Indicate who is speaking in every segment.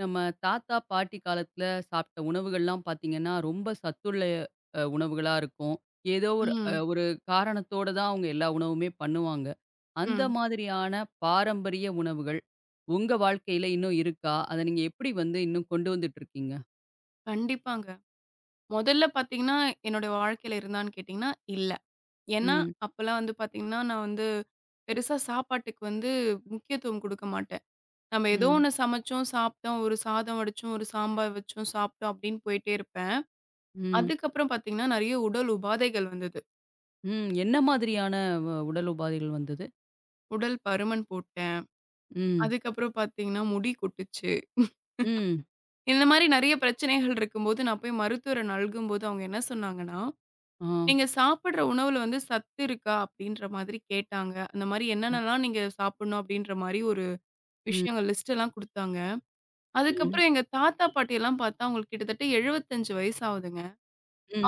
Speaker 1: நம்ம தாத்தா, பாட்டி காலத்துல சாப்பிட்ட உணவுகள்லாம் பார்த்தீங்கன்னா, ரொம்ப சத்துள்ள உணவுகளா இருக்கும். ஏதோ ஒரு
Speaker 2: ம்,
Speaker 1: ஒரு காரணத்தோட தான் அவங்க எல்லா உணவுமே பண்ணுவாங்க. அந்த
Speaker 2: ம்.
Speaker 1: மாதிரியான பாரம்பரிய உணவுகள், உங்க வாழ்க்கையில இன்னும் இருக்கா? அத நீங்க எப்படி வந்து இன்னும் கொண்டு வந்துட்டு இருக்கீங்க?
Speaker 2: கண்டிப்பாங்க. முதல்ல பார்த்தீங்கன்னா, என்னுடைய வாழ்க்கையில இருந்தான்னு கேட்டீங்கன்னா, இல்ல. ஏன்னா,
Speaker 1: ம்,
Speaker 2: அப்பலாம் வந்து பார்த்தீங்கன்னா, நான் வந்து பெருசா சாப்பாட்டுக்கு வந்து முக்கியத்துவம் குடுக்க மாட்டேன். நம்ம ஏதோ
Speaker 1: ம்,
Speaker 2: ஒண்ணு சமைச்சோம், சாப்பிட்டோம், ஒரு சாதம் வடிச்சோம், ஒரு சாம்பார் வச்சோம், சாப்பிட்டோம் அப்படின்னு போயிட்டே இருப்பேன்.
Speaker 1: ம்,
Speaker 2: அதுக்கப்புறம் பார்த்தீங்கன்னா, நெறைய உடல் உபாதைகள் வந்தது.
Speaker 1: ம். என்ன மாதிரியான உடல் உபாதைகள் வந்தது?
Speaker 2: உடல் பருமன் போட்டேன்.
Speaker 1: ம்,
Speaker 2: அதுக்கப்புறம் பார்த்தீங்கன்னா, முடி கொட்டுச்சு.
Speaker 1: ம்.
Speaker 2: இந்த மாரி நெறைய பிரச்சனைகள் இருக்கும்போது, நான் போய் மருத்துவர நல்கும்போது அவங்க என்ன சொன்னாங்கன்னா,
Speaker 1: ஆ.
Speaker 2: நீங்க சாப்பிடுற உணவுல வந்து சத்து இருக்கா? அப்படின்ற மாதிரி கேட்டாங்க. அந்த மாரி
Speaker 1: ம்,
Speaker 2: என்னென்னலாம் நீங்க சாப்பிடணும் அப்படின்ற மாரி ஒரு
Speaker 1: ம்,
Speaker 2: விஷயங்கள் லிஸ்ட் எல்லாம் குடுத்தாங்க.
Speaker 1: ம்,
Speaker 2: அதுக்கப்புறம் எங்க தாத்தா, பாட்டியெல்லாம் பார்த்தா அவங்களுக்கு கிட்டத்தட்ட 75 வயசு ஆகுதுங்க.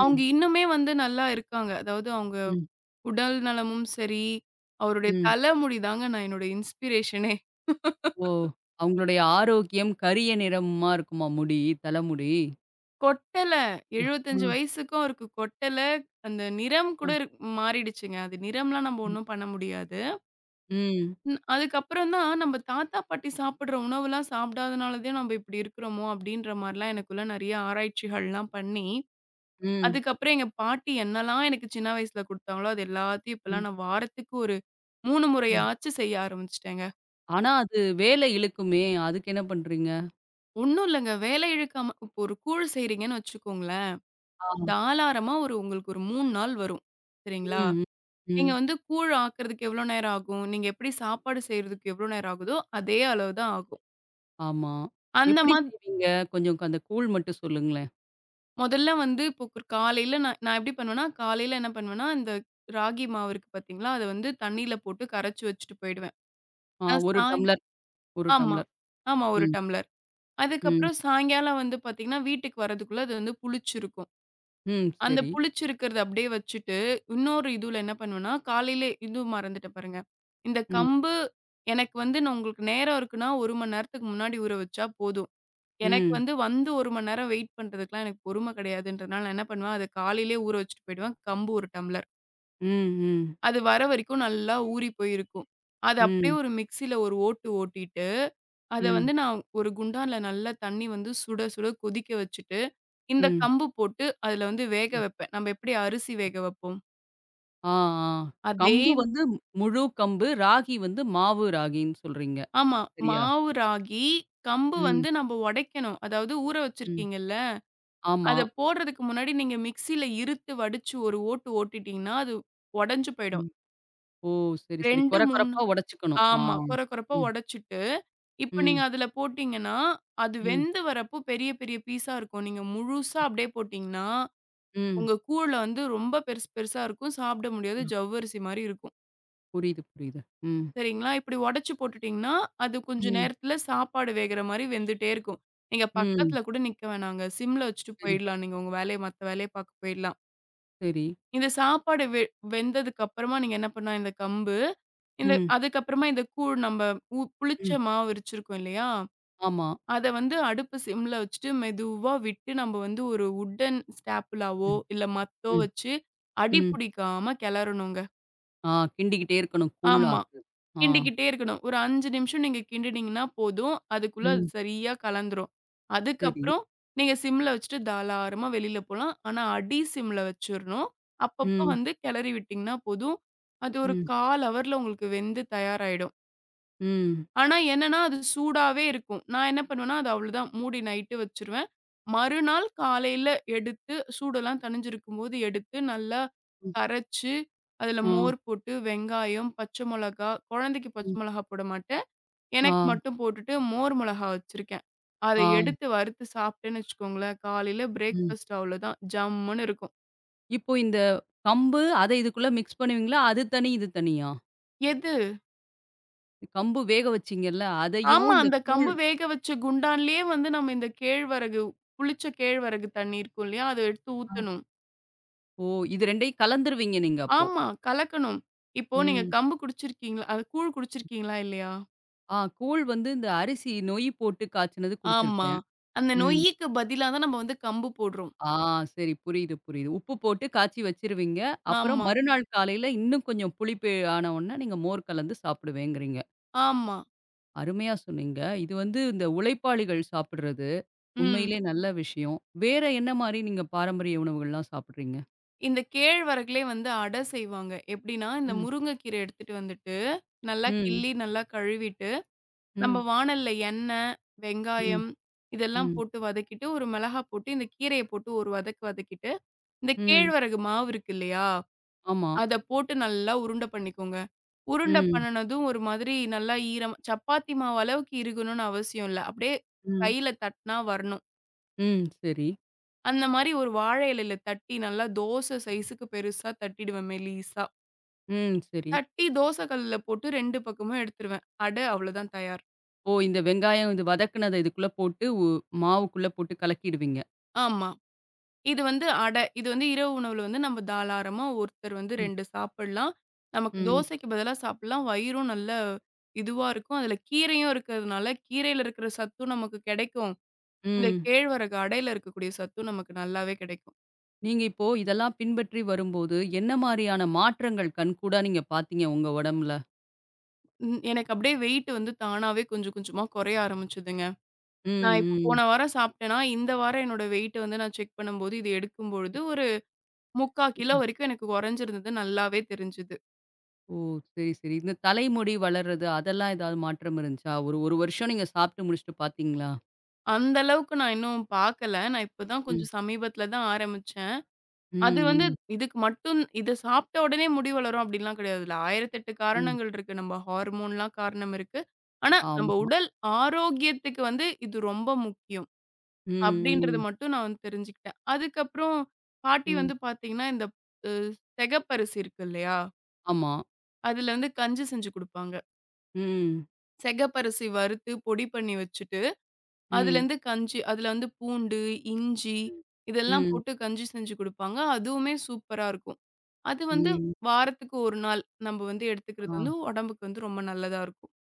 Speaker 2: அவங்க இன்னுமே வந்து நல்லா இருக்காங்க. அதாவது அவங்க
Speaker 1: ம்,
Speaker 2: உடல் நலமும் சரி, அவருடைய
Speaker 1: ம்.
Speaker 2: தலைமுடி தாங்க நான் என்னோட இன்ஸ்பிரேஷனே.
Speaker 1: ஓ! அவங்களுடைய ஆரோக்கியம் கரிய நிறமா இருக்குமா முடி, தலைமுடி?
Speaker 2: கொட்டல
Speaker 1: அ, அ,
Speaker 2: 75 வயசுக்கும் அவருக்கு கொட்டல. அந்த நிறம்
Speaker 1: அ,
Speaker 2: கூட மாறிடுச்சுங்க. அது நிறம்லாம் நம்ம
Speaker 1: ம்.
Speaker 2: ஒண்ணும் பண்ண முடியாது.
Speaker 1: ம்,
Speaker 2: ம். அதுக்கப்புறம் தான் நம்ம தாத்தா, பாட்டி சாப்பிடுற உணவுலாம் சாப்பிடாதனால தான் நம்ம இப்படி இருக்கிறோமோ! அப்படின்ற மாரிலாம் எனக்குள்ள நெறைய ஆராய்ச்சிகள்லாம் பண்ணி,
Speaker 1: ம்,
Speaker 2: அதுக்கப்புறம் எங்க பாட்டி என்னலாம் எனக்கு சின்ன வயசுல குடுத்தாங்களோ, அது எல்லாத்தையும்
Speaker 1: ம்,
Speaker 2: இப்பலாம் நான் வாரத்துக்கு ஒரு 3
Speaker 1: ம்.
Speaker 2: முறையாச்சு செய்ய ஆரம்பிச்சுட்டேங்க.
Speaker 1: ஆனா அது வேலை இழுக்குமே! அதுக்கு என்ன பண்றீங்க?
Speaker 2: ஒண்ணும் இல்லங்க வேலை இழுக்காம இப்போ ஒரு கூழ் செய்றீங்கன்னு வச்சுக்கோங்களேன்,
Speaker 1: ஆ.
Speaker 2: தாராளமா ஒரு உங்களுக்கு ஒரு 3 நாள் வரும்.
Speaker 1: ம்,
Speaker 2: சரிங்களா?
Speaker 1: ம்,
Speaker 2: நீங்க
Speaker 1: ம்.
Speaker 2: வந்து கூழ் ஆக்குறதுக்கு எவ்வளோ நேரம் ஆகும்? நீங்க எப்படி சாப்பாடு செய்றதுக்கு எவ்வளோ நேரம் ஆகுதோ, அதே அளவு தான் ஆகும்.
Speaker 1: ஆமா.
Speaker 2: அந்த
Speaker 1: எப்படி
Speaker 2: மாதிரி
Speaker 1: செய்வீங்க? கொஞ்சம் அந்த கூழ் மட்டும் சொல்லுங்களேன்.
Speaker 2: முதல்ல வந்து இப்போ ஒரு காலையில நான் நான் எப்படி பண்ணுவேன்னா, காலையில என்ன பண்ணுவேன்னா, இந்த ராகி மாவு இருக்கு பார்த்தீங்களா, அத வந்து தண்ணீல போட்டு கரைச்சு வச்சுட்டு போயிடுவேன்.
Speaker 1: ஆ
Speaker 2: நான்
Speaker 1: 1
Speaker 2: சாய்
Speaker 1: டம்ளர், 1
Speaker 2: ஆமா,
Speaker 1: டம்ளர்.
Speaker 2: ஆமா 1
Speaker 1: ம்,
Speaker 2: டம்ளர்.
Speaker 1: ம்,
Speaker 2: அதுக்கப்புறம் சாயங்காலம் வந்து பார்த்தீங்கன்னா, வீட்டுக்கு வரதுக்குள்ள அது வந்து புளிச்சிருக்கும்.
Speaker 1: ம்.
Speaker 2: அந்த
Speaker 1: சரி.
Speaker 2: புளிச்சிருக்கிறத அப்படியே வச்சுட்டு, இன்னொரு இதுல என்ன பண்ணுவேன்னா, காலையிலே இது மறந்துட்டேன் பாருங்க. இந்த
Speaker 1: ம்,
Speaker 2: கம்பு எனக்கு வந்து நான் உங்களுக்கு நேரம் இருக்குன்னா, 1 மணி நேரத்துக்கு முன்னாடி ஊற வச்சா போதும். எனக்கு
Speaker 1: ம்,
Speaker 2: வந்து வந்து 1 மணி நேரம் வெயிட் பண்றதுக்குலாம் எனக்கு பொறுமை கிடையாதுன்றனால, நான் என்ன பண்ணுவேன், அத காலையிலேயே ஊற வச்சுட்டு போயிடுவேன். கம்பு 1 டம்ளர்.
Speaker 1: ம், ம்,
Speaker 2: அது வர வரைக்கும் நல்லா ஊறி போயிருக்கும். அத அப்படியே
Speaker 1: ம்,
Speaker 2: ஒரு மிக்ஸியில ஒரு ஓட்டு ஓட்டிட்டு, அத
Speaker 1: ம்,
Speaker 2: வந்து நான் ஒரு குண்டான்ல நல்லா தண்ணி வந்து சுட சுட கொதிக்க வச்சுட்டு, இந்த
Speaker 1: ம்,
Speaker 2: கம்பு போட்டு அதுல வந்து வேக
Speaker 1: ம்.
Speaker 2: வைப்பேன். நம்ம எப்படி அரிசி வேக வைப்போம்,
Speaker 1: ஆ, ஆ.
Speaker 2: அதே
Speaker 1: கம்பு வந்து முழு கம்பு, ராகி வந்து மாவு ராகின்னு சொல்றீங்க.
Speaker 2: ஆமா.
Speaker 1: சரியா?
Speaker 2: மாவு, ராகி, கம்பு
Speaker 1: ம்,
Speaker 2: வந்து நம்ம உடைக்கணும். அதாவது ஊற
Speaker 1: ம்.
Speaker 2: வச்சிருக்கீங்கல்ல
Speaker 1: ஆமா.
Speaker 2: அத போடுறதுக்கு முன்னாடி நீங்க மிக்ஸில இறுத்து வடிச்சு ஒரு ஓட்டு ஓட்டிட்டீங்கன்னா, அது உடைஞ்சு போயிடும்.
Speaker 1: ம். ஓ! சரி, சரி.
Speaker 2: 2,
Speaker 1: கொர
Speaker 2: 3
Speaker 1: கொரப்பா உடைச்சுக்கணும். ஆ.
Speaker 2: ஆமா. கொர கொரப்பா
Speaker 1: ம்,
Speaker 2: உடைச்சுட்டு, இப்ப நீங்க
Speaker 1: ம்,
Speaker 2: அதுல போட்டீங்கன்னா, அது
Speaker 1: ம்,
Speaker 2: வெந்து வரப்போ பெரிய பெரிய பீஸா இருக்கும். நீங்க முழுசா அப்படியே போட்டீங்கன்னா,
Speaker 1: ம்.
Speaker 2: உங்க கூழ்ல வந்து ரொம்ப பெருசு பெருசா இருக்கும். சாப்பிட முடியாது.
Speaker 1: அ
Speaker 2: ஜவ்வரிசி மாரி இருக்கும்.
Speaker 1: புரியுது, புரியுது. ம்,
Speaker 2: சரிங்களா? இப்படி உடைச்சு போட்டுட்டீங்கன்னா, அது கொஞ்ச
Speaker 1: ம்,
Speaker 2: நேரத்துல சாப்பாடு வேகுற மாரி வெந்துட்டே இருக்கும். நீங்க
Speaker 1: ம்.
Speaker 2: பக்கத்துல கூட நிக்க வேணாங்க. சிம்ல வச்சுட்டு
Speaker 1: சரி,
Speaker 2: போயிடலாம். நீங்க உங்க வேலைய மத்த வேலைய பார்க்க போயிடலாம்.
Speaker 1: சரி.
Speaker 2: இந்த சாப்பாடு வெந்ததுக்கு அப்புறமா நீங்க என்ன பண்ணா இந்த கம்பு, இந்த
Speaker 1: ம்,
Speaker 2: அதுக்கப்புறமா இந்த கூழ் நம்ம
Speaker 1: ம்.
Speaker 2: புளிச்ச மாவு இரைச்சிருக்கோம் இல்லையா?
Speaker 1: ஆமா.
Speaker 2: அத வந்து அடுப்பு சிம்ல வச்சுட்டு மெதுவா விட்டு நம்ம வந்து ஒரு வுட்டன் ஸ்டாப்புலாவோ,
Speaker 1: ம்,
Speaker 2: இல்ல மத்தோ
Speaker 1: ம்,
Speaker 2: வச்சு அடி
Speaker 1: ம்.
Speaker 2: பிடிக்காம கிளறணுங்க.
Speaker 1: ஆ கிண்டிக்கிட்டே இருக்கணும் கூழ்
Speaker 2: ஆமா.
Speaker 1: ஆக்குறது. ஆ.
Speaker 2: கிண்டிக்கிட்டே இருக்கணும். ஒரு 5 நிமிஷம் நீங்க கிண்டினீங்கன்னா போதும். அதுக்குள்ள அது
Speaker 1: ம்.
Speaker 2: சரியா கலந்துரும்.
Speaker 1: சரி.
Speaker 2: அதுக்கப்புறம் நீங்க சிம்ல வச்சுட்டு தாராளமா வெளில போலாம். ஆனா அடி சிம்ல வச்சுரணும். அப்பப்போ
Speaker 1: ம்,
Speaker 2: வந்து கிளறி விட்டீங்கன்னா போதும். அது ஒரு
Speaker 1: ம்,
Speaker 2: 1/4 ஹவர்ல உங்களுக்கு வெந்து தயாராயிடும்.
Speaker 1: ம்,
Speaker 2: ஆனா என்னன்னா, அது சூடாவே இருக்கும். நான் என்ன பண்ணுவேன்னா, அது அவ்வளோதான் மூடி நைட்டு வச்சுருவேன். மறுநாள் காலையில எடுத்து சூடெல்லாம் தணிஞ்சிருக்கும்போது எடுத்து நல்லா
Speaker 1: ம்.
Speaker 2: கரைச்சு, அதில
Speaker 1: ஆ,
Speaker 2: மோர் போட்டு, வெங்காயம், பச்சை மிளகா குழந்தைக்கு
Speaker 1: ம்.
Speaker 2: பச்சை மிளகா போட மாட்டேன்.
Speaker 1: ஆ,
Speaker 2: எனக்கு மட்டும் போட்டுட்டு மோர் மிளகா வச்சிருக்கேன். அத
Speaker 1: ஆ.
Speaker 2: எடுத்து வறுத்து சாப்பிட்டேன்னு வச்சுக்கோங்களேன், காலையில
Speaker 1: ம்.
Speaker 2: பிரேக்ஃபாஸ்ட் அவ்வளோதான் ஜம்முன்னு இருக்கும்.
Speaker 1: இப்போ இந்த கம்பு அத இதுக்குள்ள மிக்ஸ் பண்ணுவீங்களா? அது தனி, இது தனியா?
Speaker 2: எது?
Speaker 1: கம்பு வேக வச்சீங்கல்ல, அதையும்
Speaker 2: ஆமா.
Speaker 1: இந்த
Speaker 2: அந்த
Speaker 1: கூழ்
Speaker 2: கம்பு வேக வச்ச குண்டான்லயே வந்து நம்ம இந்த கேழ்வரகு புளிச்ச கேழ்வரகு தண்ணி இருக்கும் இல்லையா? அத எடுத்து ஊத்தணும்.
Speaker 1: ஓ! இது 2யும் கலந்துருவீங்க நீங்க அப்போ.
Speaker 2: ஆமா. கலக்கணும். இப்போ நீங்க
Speaker 1: ம்.
Speaker 2: கம்பு குடிச்சிருக்கீங்களா? அது கூழ் குடிச்சிருக்கீங்களா? இல்லையா?
Speaker 1: ஆ கூழ் வந்து இந்த அரிசி நொய் போட்டு காய்ச்சினது
Speaker 2: ஆமா.
Speaker 1: குடிச்சிருக்கேன்.
Speaker 2: அந்த
Speaker 1: ம்.
Speaker 2: நொய்யிக்கு பதிலா தான் நம்ம வந்து கம்பு போடுறோம்.
Speaker 1: ஆ சரி புரியுது, புரியுது. உப்பு போட்டு காய்ச்சி வச்சிருவீங்க. அப்புறம்
Speaker 2: ஆமா,
Speaker 1: மறுநாள் காலையில இன்னும் கொஞ்சம் புளிப்பு ஆன உடனே நீங்க மோர் கலந்து சாப்பிடுவேங்கிறீங்க.
Speaker 2: ஆமா.
Speaker 1: அருமையா சொன்னீங்க. இது வந்து இந்த உழைப்பாளிகள் சாப்பிடுறது
Speaker 2: ம்.
Speaker 1: உண்மையிலேயே நல்ல விஷயம். வேற என்ன மாரி நீங்க பாரம்பரிய உணவுகள்லாம் சாப்பிடுறீங்க?
Speaker 2: இந்த கேழ்வரகுலே வந்து அடை செய்வாங்க. எப்படின்னா, இந்த
Speaker 1: ம்.
Speaker 2: முருங்கைக்கீரை எடுத்துட்டு வந்துட்டு, நல்லா
Speaker 1: ம்.
Speaker 2: கிள்ளி, நல்லா கழுவிட்டு, நம்ம
Speaker 1: ம்.
Speaker 2: வாணல்ல எண்ணெய்,
Speaker 1: ம்.
Speaker 2: வெங்காயம் இதெல்லாம்
Speaker 1: ம்.
Speaker 2: போட்டு வதக்கிட்டு, ஒரு மிளகா போட்டு, இந்த கீரைய போட்டு ஒரு வதக்கு வதக்கிட்டு, இந்த
Speaker 1: ம்.
Speaker 2: கேழ்வரகு மாவு இருக்கு இல்லையா?
Speaker 1: ஆமா.
Speaker 2: அத போட்டு நல்லா உருண்டை பண்ணிக்கோங்க. உருண்ட
Speaker 1: ம்.
Speaker 2: பண்ணுனதும் ஒரு மாதிரி நல்லா ஈரம் சப்பாத்தி மாவு அளவுக்கு இருக்கணும்னு அவசியம் இல்ல. அப்படியே
Speaker 1: ம்.
Speaker 2: கையில தட்டுனா வரணும்.
Speaker 1: ம். சரி.
Speaker 2: அந்த மாரி ஒரு வாழை இலையில தட்டி நல்லா தோசை சைஸுக்கு பெருசா தட்டிடுவேன் மெலிசா.
Speaker 1: ம். சரி.
Speaker 2: தட்டி தோசை கல்லுல போட்டு 2 பக்கமும் எடுத்துருவேன். அடை அவ்வளோதான் தயார்.
Speaker 1: ஓ! இந்த வெங்காயம் இது வதக்குனத இதுக்குள்ள போட்டு மாவுக்குள்ள போட்டு கலக்கிடுவீங்க.
Speaker 2: ஆமா. இது வந்து அடை. இது வந்து இரவு உணவுல வந்து நம்ம தாராளமா ஒருத்தர் வந்து
Speaker 1: ம்.
Speaker 2: 2 சாப்பிடலாம். நமக்கு
Speaker 1: ம்.
Speaker 2: தோசைக்கு பதிலா சாப்பிடலாம். வயிறும் நல்ல இதுவா இருக்கும். அதில கீரையும் இருக்கிறதுனால, கீரையில இருக்கிற சத்தும் நமக்கு கிடைக்கும். இந்த
Speaker 1: ம்.
Speaker 2: கேழ்வரகு அடையில இருக்கக்கூடிய சத்தும் நமக்கு நல்லாவே கிடைக்கும்.
Speaker 1: நீங்க இப்போ இதெல்லாம் பின்பற்றி வரும்போது, என்ன மாரியான மாற்றங்கள் கண்கூடா நீங்க பார்த்தீங்க உங்க உடம்புல?
Speaker 2: ம் எனக்கு அப்படியே வெயிட் வந்து தானாவே கொஞ்சம் கொஞ்சமா குறைய ஆரம்பிச்சதுங்க.
Speaker 1: ம்,
Speaker 2: நான் இப்போ
Speaker 1: ம்.
Speaker 2: போன வாரம் சாப்பிட்டேன்னா, இந்த வாரம் என்னோட வெயிட்ட வந்து நான் செக் பண்ணும்போது, இது எடுக்கும்பொழுது ஒரு 3/4 கிலோ
Speaker 1: ம்.
Speaker 2: வரைக்கும் எனக்கு குறைஞ்சிருந்தது நல்லாவே தெரிஞ்சுது.
Speaker 1: ஓ! சரி, சரி. இந்த தலைமுடி வளர்றது அதெல்லாம் ஏதாவது மாற்றம் இருந்துச்சா? ஒரு 1 வருஷம் நீங்க சாப்பிட்டு முடிச்சுட்டு பார்த்தீங்களா?
Speaker 2: அந்த அளவுக்கு நான் இன்னும் பார்க்கல. நான் இப்ப தான்
Speaker 1: ம்.
Speaker 2: கொஞ்சம் சமீபத்தில தான் ஆரம்பிச்சேன். அது வந்து
Speaker 1: ம், ம்,
Speaker 2: இதுக்கு மட்டும் இத சாப்பிட்ட உடனே முடி வளரும் அப்படின்லாம் கிடையாது. இதுல 1008
Speaker 1: ம்.
Speaker 2: காரணங்கள் இருக்கு. நம்ம ஹார்மோன்லாம் காரணம் இருக்கு. ஆனா, நம்ம
Speaker 1: ஆமா.
Speaker 2: உடல் ஆரோக்கியத்துக்கு வந்து இது ரொம்ப முக்கியம்.
Speaker 1: ம்,
Speaker 2: அப்படின்றத
Speaker 1: ம்,
Speaker 2: மட்டும் நான் வந்து தெரிஞ்சுக்கிட்டேன். அதுக்கப்புறம் பாட்டி
Speaker 1: ம்.
Speaker 2: வந்து பார்த்தீங்கன்னா, இந்த அ செகப்பரிசி இருக்கு இல்லையா?
Speaker 1: ஆமா.
Speaker 2: அதுல வந்து கஞ்சி செஞ்சு குடுப்பாங்க.
Speaker 1: ம்,
Speaker 2: செகப்பரிசி வறுத்து பொடி பண்ணி வச்சுட்டு,
Speaker 1: ம்,
Speaker 2: அதுலேருந்து கஞ்சி அதுல வந்து பூண்டு, இஞ்சி
Speaker 1: ம்.
Speaker 2: இதெல்லாம்
Speaker 1: ம்,
Speaker 2: போட்டு கஞ்சி செஞ்சு குடுப்பாங்க. அதுவுமே சூப்பரா இருக்கும். அது வந்து
Speaker 1: ம்.
Speaker 2: வாரத்துக்கு 1 நாள் நம்ம வந்து
Speaker 1: ஆ.
Speaker 2: எடுத்துக்கிறது வந்து உடம்புக்கு வந்து ரொம்ப நல்லதா இருக்கும்.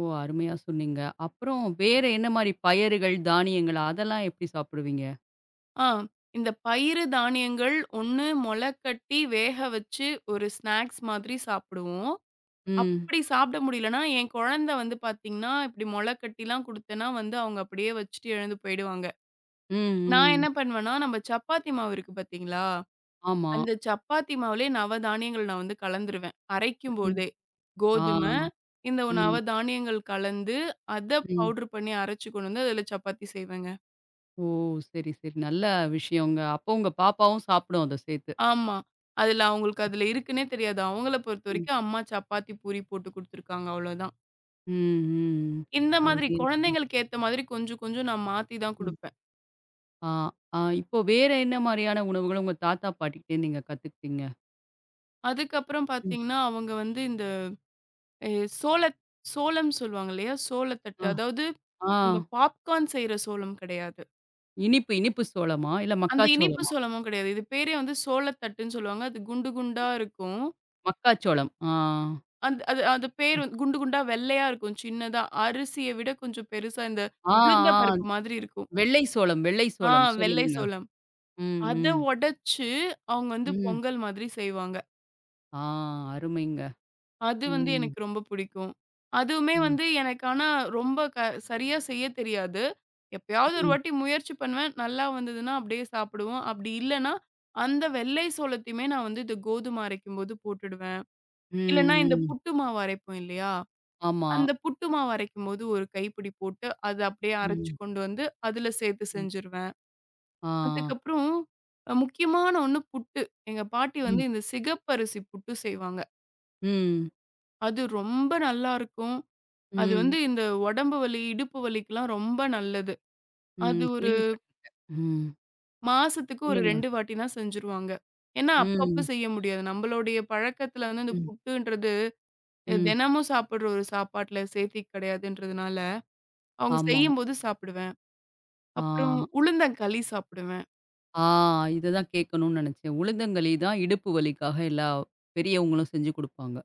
Speaker 1: ஓ! அருமையா சொன்னீங்க. அப்புறம் வேற என்ன மாரி பயறுகள், தானியங்கள் அதெல்லாம் எப்படி சாப்பிடுவீங்க?
Speaker 2: ஆ இந்த பயிறு தானியங்கள் ஒண்ணு மொள கட்டி வேக வச்சு ஒரு ஸ்நாக்ஸ் மாதிரி சாப்பிடுவோம்.
Speaker 1: ம்.
Speaker 2: அப்படி சாப்பிட முடியலன்னா, என் குழந்தை வந்து பார்த்தீங்கன்னா, இப்படி மொள கட்டிலாம் குடுத்தேன்னா வந்து அவங்க அப்படியே வச்சுட்டு எழுந்து போயிடுவாங்க.
Speaker 1: ம்,
Speaker 2: நான்
Speaker 1: ம்.
Speaker 2: என்ன பண்ணுவேன்னா, நம்ம சப்பாத்தி மாவு இருக்கு பார்த்தீங்களா?
Speaker 1: ஆமா.
Speaker 2: அந்த சப்பாத்தி மாவுலயே நவதானியங்கள் நான் வந்து கலந்துருவேன்.
Speaker 1: ம்.
Speaker 2: அரைக்கும்போதே.
Speaker 1: ஆ.
Speaker 2: கோதுமை, இந்த
Speaker 1: ம்,
Speaker 2: நவதானியங்கள் கலந்து, அத
Speaker 1: ம்.
Speaker 2: பவுடர் பண்ணி அரைச்சு கொண்டு வந்து அதில சப்பாத்தி செய்வேங்க.
Speaker 1: ஓ! சரி, சரி. நல்ல விஷயங்க. அப்போ உங்க பாப்பாவும் சாப்பிடும் அத சேர்த்து.
Speaker 2: ஆமா. அதில அவங்களுக்கு அதில இருக்குன்னே தெரியாது. அவங்கள
Speaker 1: ம்.
Speaker 2: பொறுத்தவரைக்கும் அம்மா சப்பாத்தி, பூரி போட்டு குடுத்துருக்காங்க அவ்வளோதான்.
Speaker 1: ம், ம்.
Speaker 2: இந்த மாதிரி
Speaker 1: அருமையா சொன்னீங்க.
Speaker 2: குழந்தைங்களுக்கு ஏத்த மாதிரி கொஞ்சம் கொஞ்சம் நான் மாத்தி தான்
Speaker 1: ம்.
Speaker 2: குடுப்பேன்.
Speaker 1: ஆ, ஆ. இப்போ வேற என்ன மாரியான உணவுகள உங்க தாத்தா, பாட்டிகிட்டேருந்து நீங்க கத்துக்கிட்டீங்க?
Speaker 2: அதுக்கப்புறம்
Speaker 1: ம்.
Speaker 2: பார்த்தீங்கன்னா, அவங்க வந்து இந்த எ சோளத் சோளம் சொல்லுவாங்க இல்லையா? சோளத்தட்டு.
Speaker 1: ஆ,
Speaker 2: அதாவது
Speaker 1: ஆ.
Speaker 2: நம்ம பாப்கார்ன் செய்ற சோளம் கிடையாது.
Speaker 1: இனிப்பு இனிப்பு சோளமா? இல்ல
Speaker 2: அந்த இனிப்பு
Speaker 1: மக்காச்சோளமா?
Speaker 2: சோளமும் கிடையாது. இது பேரே வந்து சோளத்தட்டுன்னு சொல்லுவாங்க. அது குண்டு குண்டா இருக்கும்.
Speaker 1: மக்காச்சோளம். ஆ.
Speaker 2: அந்த அது அது பேர் வந்து குண்டு குண்டா வெள்ளையா இருக்கும் சின்னதா. அரிசிய விட கொஞ்சம் பெருசா இந்த
Speaker 1: ஆ,
Speaker 2: உளுந்த
Speaker 1: ஆ.
Speaker 2: பருப்பு மாதிரி இருக்கும்.
Speaker 1: வெள்ளை சோளம், வெள்ளை
Speaker 2: ஆ
Speaker 1: சோளம்.
Speaker 2: வெள்ளை
Speaker 1: சொல்லுங்க.
Speaker 2: சோளம்.
Speaker 1: ம்,
Speaker 2: அத
Speaker 1: ம்,
Speaker 2: உடைச்சு அவங்க வந்து
Speaker 1: ம்.
Speaker 2: பொங்கல் மாதிரி செய்வாங்க.
Speaker 1: ஆ அருமைங்க.
Speaker 2: அது வந்து
Speaker 1: ம்,
Speaker 2: எனக்கு ரொம்ப பிடிக்கும். அதுவுமே
Speaker 1: ம்,
Speaker 2: வந்து எனக்கு ஆனா ரொம்ப சரியா செய்ய தெரியாது. எப்பயாவது ஒரு
Speaker 1: ம்,
Speaker 2: வாட்டி முயற்சி பண்ணுவேன். நல்லா வந்ததுன்னா அப்படியே சாப்பிடுவோம். அப்படி இல்லன்னா, அந்த வெள்ளை சோளத்தையுமே நான் வந்து இந்த கோதுமை அரைக்கும்போது போட்டுடுவேன். இல்லன்னா
Speaker 1: ம்,
Speaker 2: இந்த
Speaker 1: ம்.
Speaker 2: புட்டு மாவு அரைப்போம் இல்லையா?
Speaker 1: ஆமா.
Speaker 2: அந்த புட்டு மாவு அரைக்கும்போது ஒரு கைப்பிடி போட்டு, அத அப்படியே அரைச்சு
Speaker 1: ம்,
Speaker 2: கொண்டு வந்து அதுல சேர்த்து
Speaker 1: ம்.
Speaker 2: செஞ்சுருவேன்.
Speaker 1: ஆ.
Speaker 2: அதுக்கப்புறம் முக்கியமான ஒண்ணு புட்டு. எங்க பாட்டி வந்து
Speaker 1: ம்,
Speaker 2: இந்த சிகப்பரிசி புட்டு செய்வாங்க.
Speaker 1: ம்,
Speaker 2: அது ரொம்ப நல்லாருக்கும். அது
Speaker 1: ம்,
Speaker 2: வந்து இந்த உடம்பு வலி, இடுப்பு வலிக்குலாம் ரொம்ப நல்லது. அது
Speaker 1: ம்.
Speaker 2: ஒரு
Speaker 1: கேள்விப்பட்டுருக்கேன். ம்.
Speaker 2: மாசத்துக்கு ஒரு
Speaker 1: சொல்லுங்க.
Speaker 2: 2 வாட்டி தான் செஞ்சுருவாங்க. ஏன்னா, அப்பப்ப
Speaker 1: ம்,
Speaker 2: செய்ய முடியாது. நம்மளுடைய பழக்கத்துல வந்து இந்த
Speaker 1: ம்,
Speaker 2: புட்டுன்றது
Speaker 1: ம்.
Speaker 2: தினமும் சாப்பிடுற ஒரு சாப்பாட்டுல சேர்த்தி கிடையாதுன்றதுனால, அவங்க
Speaker 1: ஆமா.
Speaker 2: செய்யும்போது சாப்பிடுவேன்.
Speaker 1: ஆ,
Speaker 2: அப்புறம் உளுந்தங்களி சாப்பிடுவேன்.
Speaker 1: ஆ இத தான் கேட்கணும்னு நெனச்சேன். உளுந்தங்களி தான் இடுப்பு வலிக்காக எல்லா பெரியவங்களும் செஞ்சு குடுப்பாங்க.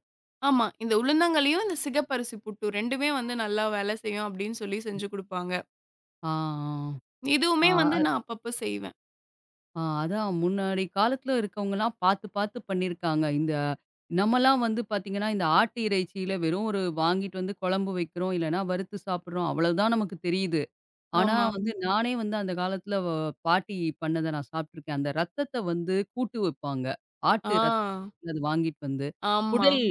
Speaker 2: ஆமா, இந்த உளுந்தங்களியும், இந்த சிகப்பரிசி புட்டு 2மே வந்து நல்லா வேலை செய்யும் அப்படின்னு சொல்லி செஞ்சு குடுப்பாங்க.
Speaker 1: ஆ, ஆ.
Speaker 2: இதுவுமே வந்து
Speaker 1: ஆ.
Speaker 2: நான் அப்பப்ப செய்வேன்.
Speaker 1: ஆ அதான் முன்னாடி காலத்துல இருக்கவங்கலாம் பார்த்து பார்த்து பண்ணியிருக்காங்க. இந்த நம்மலாம் வந்து பார்த்தீங்கன்னா, இந்த ஆட்டு இறைச்சியில வெறும் ஒரு வாங்கிட்டு வந்து குழம்பு வைக்கிறோம், இல்லன்னா வறுத்து சாப்பிடுறோம். அவ்வளவுதான் நமக்கு தெரியுது. ஆனா
Speaker 2: ஆமா.
Speaker 1: வந்து நானே வந்து அந்த காலத்துல பாட்டி பண்ணத நான் சாப்பிட்டுருக்கேன். அந்த ரத்தத்த வந்து கூட்டு வைப்பாங்க.
Speaker 2: ஆ,
Speaker 1: ஆட்டு அது வாங்கிட்டு வந்து
Speaker 2: ஆமா.
Speaker 1: குடல்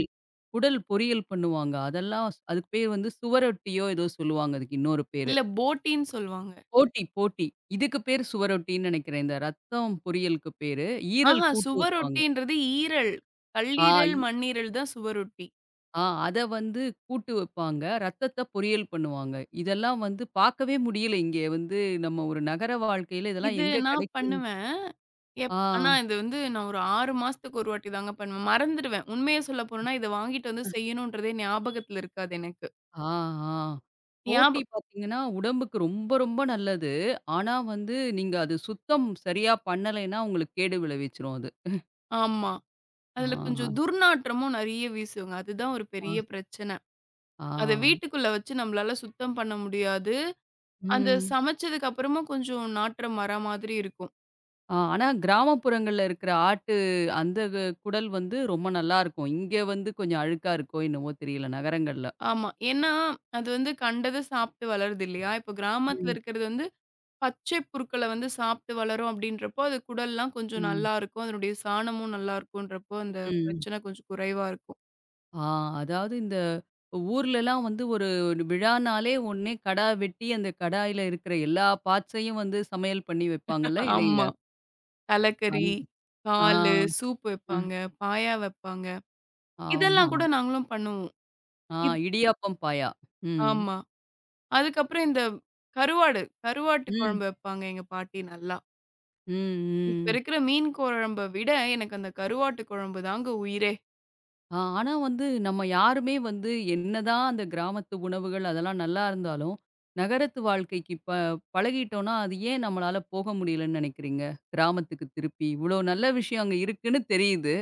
Speaker 1: குடல் பொரியல் பண்ணுவாங்க. அதெல்லாம் அதுக்கு பேர் வந்து சுவரொட்டியோ ஏதோ சொல்லுவாங்க அதுக்கு இன்னொரு பேரு.
Speaker 2: இல்ல போட்டின்னு சொல்லுவாங்க.
Speaker 1: போட்டி, போட்டி. இதுக்கு பேரு சுவரொட்டின்னு நெனைக்கிறேன். இந்த ரத்தம் பொரியலுக்கு பேரு. ஈரல்
Speaker 2: ஆஹா!
Speaker 1: கூட்டு வைப்பாங்க.
Speaker 2: சுவரொட்டின்றது ஈரல்.
Speaker 1: ஆ,
Speaker 2: கல்லீரல்,
Speaker 1: இ
Speaker 2: மண்ணீரல் தான் சுவரொட்டி.
Speaker 1: ஆ அத வந்து கூட்டு வைப்பாங்க. ரத்தத்த பொரியல் பண்ணுவாங்க. இதெல்லாம் வந்து பார்க்கவே முடியல. இங்கே வந்து நம்ம ஒரு நகர வாழ்க்கையில இதெல்லாம்
Speaker 2: இது
Speaker 1: எங்க
Speaker 2: நான்
Speaker 1: கெடைக்குதுன்னு
Speaker 2: பண்ணுவேன்.
Speaker 1: ஆ,
Speaker 2: ஆனா இது வந்து நான் ஒரு 6 மாசத்துக்கு ஒரு வாட்டி தாங்க பண்ணுவேன். மறந்துடுவேன். உண்மைய சொல்ல போணும்னா, இத வாங்கிட்டு வந்து செய்யணுன்றதே ஞாபகத்துல இருக்காது எனக்கு.
Speaker 1: ஆ, ஆ.
Speaker 2: ஞாப
Speaker 1: போட்டி பார்த்தீங்கன்னா, உடம்புக்கு ரொம்ப, ரொம்ப நல்லது. ஆனா வந்து நீங்க அது சுத்தம் சரியா பண்ணலைன்னா, உங்களுக்கு கேடு விளைவிச்சுரும் அது.
Speaker 2: ஆமா. அதுல
Speaker 1: ஆ,
Speaker 2: கொஞ்சம் துர்நாற்றமும் நெறைய வீசுங்க. அதுதான் ஒரு
Speaker 1: ஆ,
Speaker 2: பெரிய பிரச்சனை.
Speaker 1: ஆ.
Speaker 2: அத வீட்டுக்குள்ள வச்சு நம்மளால சுத்தம் பண்ண முடியாது. அந்த
Speaker 1: ம்.
Speaker 2: சமைச்சதுக்கு அப்புறமும் கொஞ்சம் நாற்றம் வர மாதிரி இருக்கும்.
Speaker 1: ஆ, ஆனா கிராமப்புறங்கள்ல இருக்கிற ஆட்டு அந்த குடல் வந்து ரொம்ப நல்லாருக்கும். இங்க வந்து கொஞ்சம் அழுக்கா இருக்கோ என்னவோ தெரியல நகரங்கள்ல.
Speaker 2: ஆமா. ஏன்னா, அது வந்து கண்டத சாப்ட்டு வளருது இல்லையா? இப்போ கிராமத்துல
Speaker 1: ம்,
Speaker 2: இருக்கிறது வந்து பச்சை புற்கள வந்து சாப்பிட்டு வளரும் அப்படின்றப்போ, அது குடல்லாம் கொஞ்சம்
Speaker 1: ம்.
Speaker 2: நல்லாருக்கும். அதனுடைய சாணமும் நல்லாருக்குன்றப்போ, அந்த
Speaker 1: ம்.
Speaker 2: பிரச்சனை கொஞ்சம் குறைவா இருக்கும்.
Speaker 1: ஆ அதாவது இந்த ஊர்லலாம் வந்து ஒரு ஒரு விழானாலே உடனே கடா வெட்டி, அந்த கடாயில இருக்கிற எல்லா பார்ட்ஸையும் வந்து சமையல் பண்ணி வைப்பாங்கல்ல இலையில.
Speaker 2: ஆமா. தலக்கறி,
Speaker 1: அந்த ஆ,
Speaker 2: காலு, சூப்
Speaker 1: அ
Speaker 2: வைப்பாங்க, பாயா வைப்பாங்க.
Speaker 1: ஆமா.
Speaker 2: இதெல்லாம் கூட நாங்களும் பண்ணுவோம்.
Speaker 1: ஆ
Speaker 2: இது
Speaker 1: இடியாப்பம் பாயா. ம்.
Speaker 2: ஆமா. அதுக்கப்புறம் இந்த கருவாடு, கருவாட்டு
Speaker 1: ம்.
Speaker 2: குழம்பு வைப்பாங்க எங்க பாட்டி நல்லா.
Speaker 1: ம்,
Speaker 2: இப்ப
Speaker 1: ம்.
Speaker 2: இருக்கிற மீன் குழம்ப விட, எனக்கு அந்த கருவாட்டு குழம்பு தாங்க உயிரே.
Speaker 1: ஆ, ஆனா வந்து நம்ம யாருமே வந்து என்னதான் அந்த கிராமத்து உணவுகள் அதெல்லாம் நல்லா இருந்தாலும், நகரத்து வாழ்க்கைக்கு இப்ப பழகிட்டோம்னா, அது ஏன் நம்மளால போக முடியலன்னு நினைக்கிறீங்க? கிராமத்துக்கு திருப்பி இவ்ளோ நல்ல விஷயம் அங்க இருக்குன்னு தெரியுது.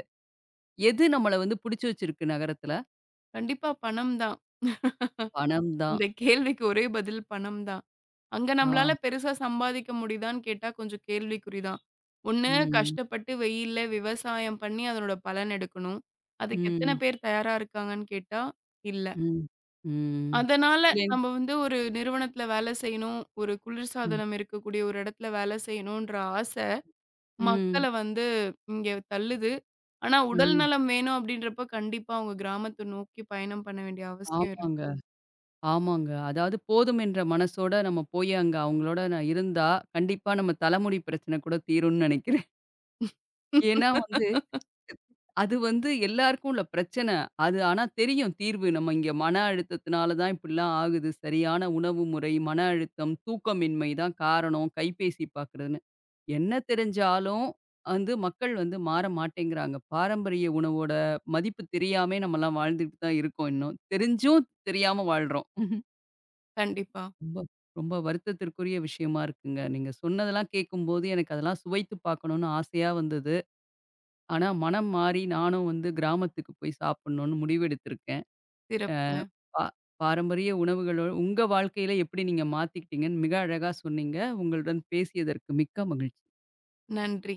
Speaker 1: எது நம்மள வந்து புடிச்சு வச்சிருக்கு நகரத்துல?
Speaker 2: கண்டிப்பா பணம் தான்.
Speaker 1: பணம் தான்.
Speaker 2: இந்த கேள்விக்கு ஒரே பதில் பணம் தான். அங்க
Speaker 1: ஆ.
Speaker 2: நம்மளால பெருசா சம்பாதிக்க முடியுதான்னு கேட்டா கொஞ்சம் கேள்விக்குறிதான். ஒண்ணு
Speaker 1: ம்.
Speaker 2: கஷ்டப்பட்டு வெயில்ல விவசாயம் பண்ணி அதனோட பலன் எடுக்கணும். அதுக்கு எத்தன
Speaker 1: ம்.
Speaker 2: பேர் தயாரா இருக்காங்கன்னு கேட்டா, இல்ல.
Speaker 1: ம். ம்.
Speaker 2: அதனால
Speaker 1: இல்லைங்
Speaker 2: நம்ம வந்து ஒரு நிறுவனத்துல வேலை செய்யணும், ஒரு
Speaker 1: ம்.
Speaker 2: குளிர்சாதனம் இருக்கக்கூடிய ஒரு இடத்துல வேலை செய்யணுன்ற ஆசை மக்கள
Speaker 1: ம்.
Speaker 2: வந்து இங்க தள்ளுது. ஆனா உடல்
Speaker 1: ம்.
Speaker 2: நலம் வேணும் அப்படின்றப்ப கண்டிப்பா அவங்க கிராமத்த நோக்கி பயணம் பண்ண வேண்டிய அவசியம் இருக்கு.
Speaker 1: ஆமாங்க, ஆமாங்க. அதாவது போதும் என்ற மனசோட நம்ம போய் அங்க அவங்களோட நான் இருந்தா, கண்டிப்பா நம்ம தலைமுடி பிரச்சனை கூட தீரும்னு நினைக்கிறேன். ஏன்னா வந்து, அது வந்து எல்லாருக்கும் உள்ள பிரச்சனை. அது ஆனா தெரியும் தீர்வு. நம்ம இங்க மன அழுத்தத்தினால தான் இப்படிலாம் ஆகுது. சரியான உணவு முறை, மன அழுத்தம், தூக்கமின்மை தான் காரணம். கைபேசி பார்க்குறதுன்னு. என்ன தெரிஞ்சாலும் வந்து மக்கள் வந்து மாற மாட்டேங்கிறாங்க. பாரம்பரிய உணவோட மதிப்பு தெரியாமயே நம்மலாம் வாழ்ந்துட்டு தான் இருக்கோம் இன்னும். தெரிஞ்சும் தெரியாம வாழ்றோம்.
Speaker 2: கண்டிப்பா.
Speaker 1: ரொம்ப ரொம்ப வருத்தத்திற்குரிய விஷயமா இருக்குங்க. நீங்க சொன்னதெல்லாம் கேட்கும்போது எனக்கு அதெல்லாம் சுவைத்து பார்க்கணும்னு ஆசையா வந்தது. ஆனா, மனம் மாறி நானும் வந்து கிராமத்துக்கு போய் சாப்பிடணும்னு முடிவெடுத்திருக்கேன். அ
Speaker 2: சிறப்புங்க.
Speaker 1: பா பாரம்பரிய உணவுகளோ உங்க வாழ்க்கையில எப்படி நீங்க மாத்திக்கிட்டீங்கன்னு மிக அழகா சொன்னீங்க. உங்களுடன் பேசியதற்கு மிக்க மகிழ்ச்சி.
Speaker 2: நன்றி.